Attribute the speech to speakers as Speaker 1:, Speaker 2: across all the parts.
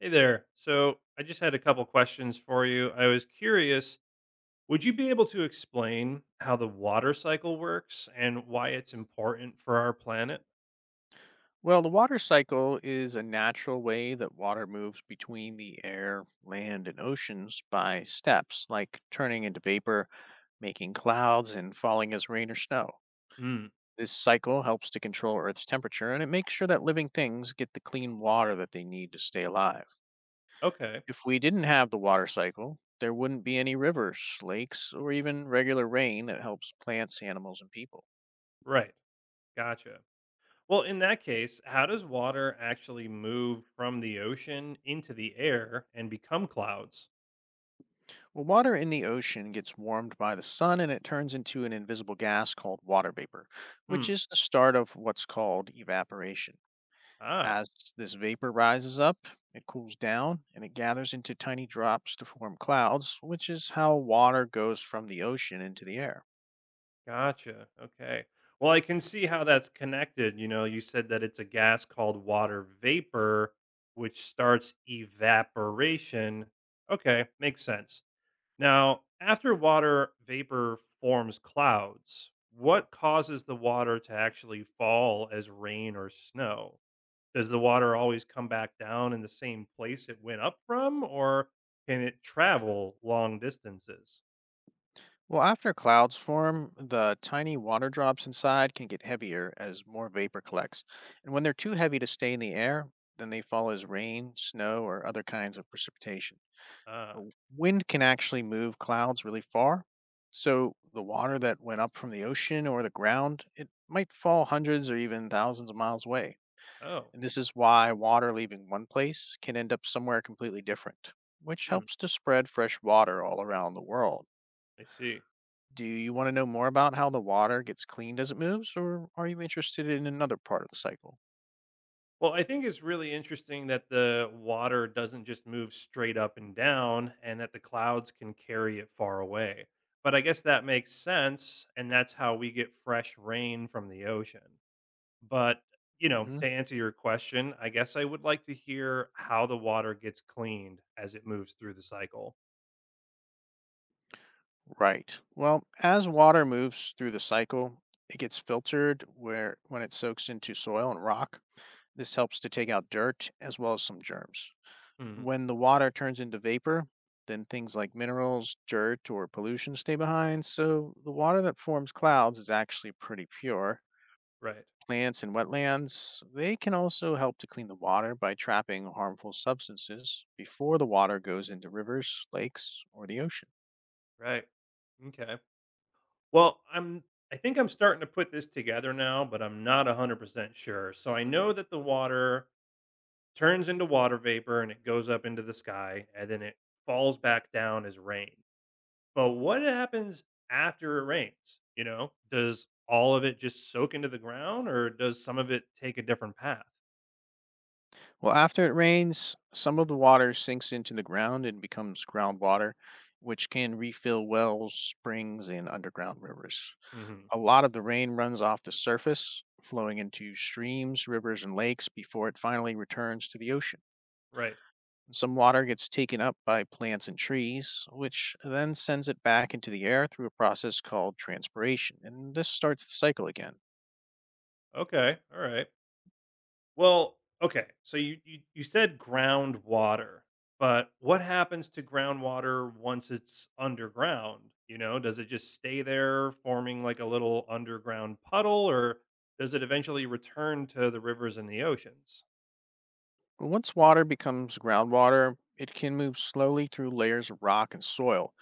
Speaker 1: Hey there. So I just had a couple questions for you. I was curious, would you be able to explain how the water cycle works and why it's important for our planet?
Speaker 2: Well, the water cycle is a natural way that water moves between the air, land, and oceans by steps, like turning into vapor, making clouds, and falling as rain or snow.
Speaker 1: Hmm.
Speaker 2: This cycle helps to control Earth's temperature and it makes sure that living things get the clean water that they need to stay alive.
Speaker 1: Okay.
Speaker 2: If we didn't have the water cycle, there wouldn't be any rivers, lakes, or even regular rain that helps plants, animals, and people.
Speaker 1: Right. Gotcha. Well, in that case, how does water actually move from the ocean into the air and become clouds?
Speaker 2: Well, water in the ocean gets warmed by the sun and it turns into an invisible gas called water vapor, which
Speaker 1: Hmm.
Speaker 2: is the start of what's called evaporation.
Speaker 1: Ah.
Speaker 2: As this vapor rises up, it cools down and it gathers into tiny drops to form clouds, which is how water goes from the ocean into the air.
Speaker 1: Gotcha. Okay. Well, I can see how that's connected. You know, you said that it's a gas called water vapor, which starts evaporation. Okay, makes sense. Now, after water vapor forms clouds, what causes the water to actually fall as rain or snow? Does the water always come back down in the same place it went up from, or can it travel long distances?
Speaker 2: Well, after clouds form, the tiny water drops inside can get heavier as more vapor collects. And when they're too heavy to stay in the air, then they fall as rain, snow, or other kinds of precipitation. Uh,
Speaker 1: Ah.
Speaker 2: Wind can actually move clouds really far. So the water that went up from the ocean or the ground, it might fall hundreds or even thousands of miles away.
Speaker 1: Oh.
Speaker 2: And this is why water leaving one place can end up somewhere completely different, which
Speaker 1: Hmm.
Speaker 2: helps to spread fresh water all around the world.
Speaker 1: I see.
Speaker 2: Do you want to know more about how the water gets cleaned as it moves, or are you interested in another part of the cycle?
Speaker 1: Well, I think it's really interesting that the water doesn't just move straight up and down and that the clouds can carry it far away. But I guess that makes sense. And that's how we get fresh rain from the ocean. But, you know,
Speaker 2: hmm
Speaker 1: to answer your question, I guess I would like to hear how the water gets cleaned as it moves through the cycle.
Speaker 2: Right. Well, as water moves through the cycle, it gets filtered where when it soaks into soil and rock. This helps to take out dirt as well as some germs.
Speaker 1: Hmm.
Speaker 2: When the water turns into vapor, then things like minerals, dirt, or pollution stay behind. So the water that forms clouds is actually pretty pure.
Speaker 1: Right.
Speaker 2: Plants and wetlands, they can also help to clean the water by trapping harmful substances before the water goes into rivers, lakes, or the ocean.
Speaker 1: Right. Okay. Well, I think I'm starting to put this together now, but I'm not 100% sure. So I know that the water turns into water vapor and it goes up into the sky and then it falls back down as rain. But what happens after it rains? You know, does all of it just soak into the ground or does some of it take a different path?
Speaker 2: Well, after it rains, some of the water sinks into the ground and becomes groundwater, which can refill wells, springs, and underground rivers.
Speaker 1: Hmm.
Speaker 2: A lot of the rain runs off the surface, flowing into streams, rivers, and lakes before it finally returns to the ocean.
Speaker 1: Right.
Speaker 2: Some water gets taken up by plants and trees, which then sends it back into the air through a process called transpiration, and this starts the cycle again.
Speaker 1: Okay. All right. Well, okay. So you said groundwater, but what happens to groundwater once it's underground? You know, does it just stay there forming like a little underground puddle or does it eventually return to the rivers and the oceans?
Speaker 2: Once water becomes groundwater, it can move slowly through layers of rock and soil.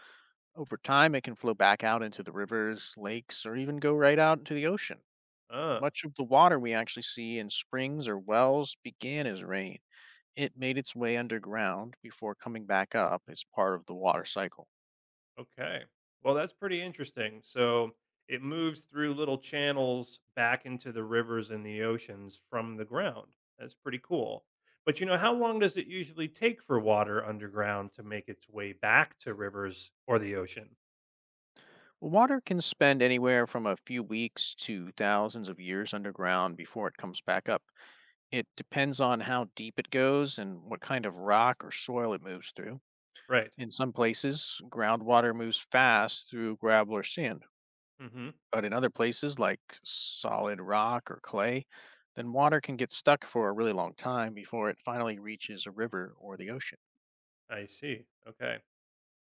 Speaker 2: Over time, it can flow back out into the rivers, lakes, or even go right out into the ocean.
Speaker 1: Oh.
Speaker 2: Much of the water we actually see in springs or wells began as rain. It made its way underground before coming back up as part of the water cycle.
Speaker 1: Okay. Well, that's pretty interesting. So it moves through little channels back into the rivers and the oceans from the ground. That's pretty cool. But you know, how long does it usually take for water underground to make its way back to rivers or the ocean?
Speaker 2: Water can spend anywhere from a few weeks to thousands of years underground before it comes back up. It depends on how deep it goes and what kind of rock or soil it moves through.
Speaker 1: Right.
Speaker 2: In some places, groundwater moves fast through gravel or sand.
Speaker 1: Mhm.
Speaker 2: But in other places like solid rock or clay, then water can get stuck for a really long time before it finally reaches a river or the ocean.
Speaker 1: I see. Okay.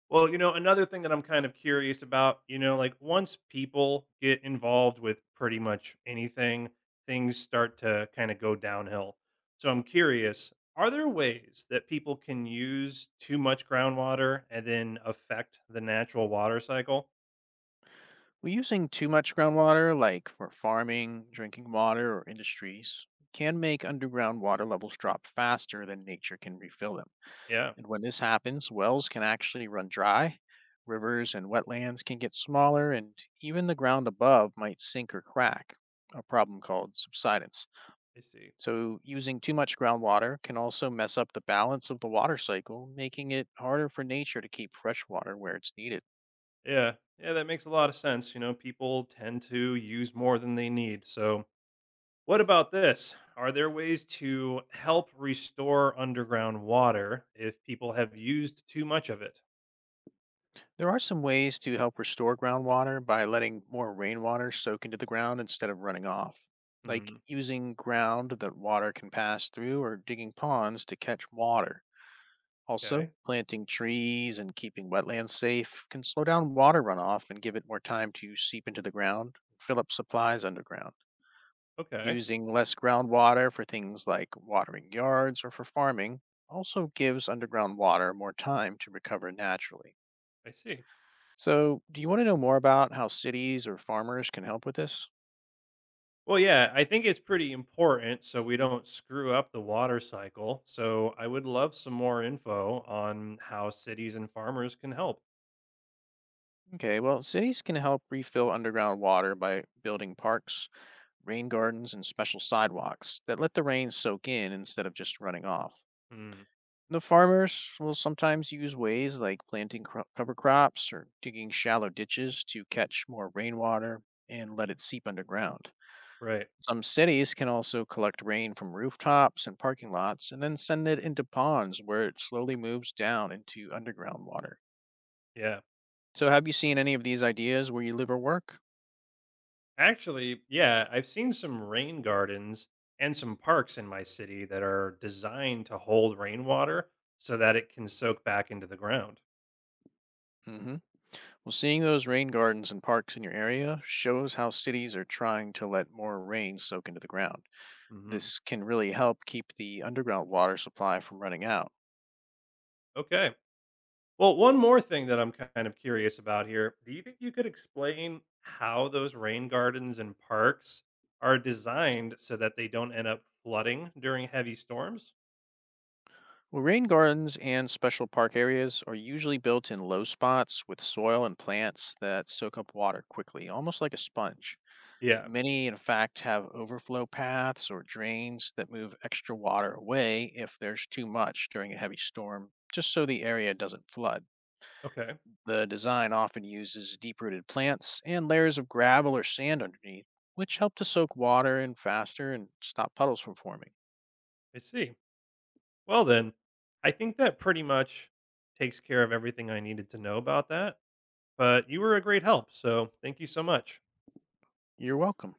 Speaker 1: Well, you know, another thing that I'm kind of curious about, you know, like once people get involved with pretty much anything, things start to kind of go downhill. So I'm curious, are there ways that people can use too much groundwater and then affect the natural water cycle?
Speaker 2: Well, using too much groundwater, like for farming, drinking water, or industries, can make underground water levels drop faster than nature can refill them.
Speaker 1: Yeah.
Speaker 2: And when this happens, wells can actually run dry, rivers and wetlands can get smaller, and even the ground above might sink or crack, a problem called subsidence.
Speaker 1: I see.
Speaker 2: So, using too much groundwater can also mess up the balance of the water cycle, making it harder for nature to keep fresh water where it's needed.
Speaker 1: Yeah. Yeah, that makes a lot of sense. You know, people tend to use more than they need. So what about this? Are there ways to help restore underground water if people have used too much of it?
Speaker 2: There are some ways to help restore groundwater by letting more rainwater soak into the ground instead of running off, like
Speaker 1: Mm.
Speaker 2: using ground that water can pass through or digging ponds to catch water. Also,
Speaker 1: Okay.
Speaker 2: planting trees and keeping wetlands safe can slow down water runoff and give it more time to seep into the ground and fill up supplies underground.
Speaker 1: Okay.
Speaker 2: Using less groundwater for things like watering yards or for farming also gives underground water more time to recover naturally.
Speaker 1: I see.
Speaker 2: So, do you want to know more about how cities or farmers can help with this?
Speaker 1: Well, yeah, I think it's pretty important so we don't screw up the water cycle. So I would love some more info on how cities and farmers can help.
Speaker 2: Okay, well, cities can help refill underground water by building parks, rain gardens, and special sidewalks that let the rain soak in instead of just running off.
Speaker 1: Mm.
Speaker 2: The farmers will sometimes use ways like planting cover crops or digging shallow ditches to catch more rainwater and let it seep underground.
Speaker 1: Right.
Speaker 2: Some cities can also collect rain from rooftops and parking lots and then send it into ponds where it slowly moves down into underground water.
Speaker 1: Yeah.
Speaker 2: So, have you seen any of these ideas where you live or work?
Speaker 1: Actually, yeah, I've seen some rain gardens and some parks in my city that are designed to hold rainwater so that it can soak back into the ground.
Speaker 2: hmm Well, seeing those rain gardens and parks in your area shows how cities are trying to let more rain soak into the ground.
Speaker 1: Hmm.
Speaker 2: This can really help keep the underground water supply from running out.
Speaker 1: Okay. Well, one more thing that I'm kind of curious about here. Do you think you could explain how those rain gardens and parks are designed so that they don't end up flooding during heavy storms?
Speaker 2: Well, rain gardens and special park areas are usually built in low spots with soil and plants that soak up water quickly, almost like a sponge.
Speaker 1: Yeah.
Speaker 2: Many, in fact, have overflow paths or drains that move extra water away if there's too much during a heavy storm, just so the area doesn't flood.
Speaker 1: Okay.
Speaker 2: The design often uses deep rooted plants and layers of gravel or sand underneath, which help to soak water in faster and stop puddles from forming.
Speaker 1: I see. Well, then, I think that pretty much takes care of everything I needed to know about that. But you were a great help, so thank you so much.
Speaker 2: You're welcome.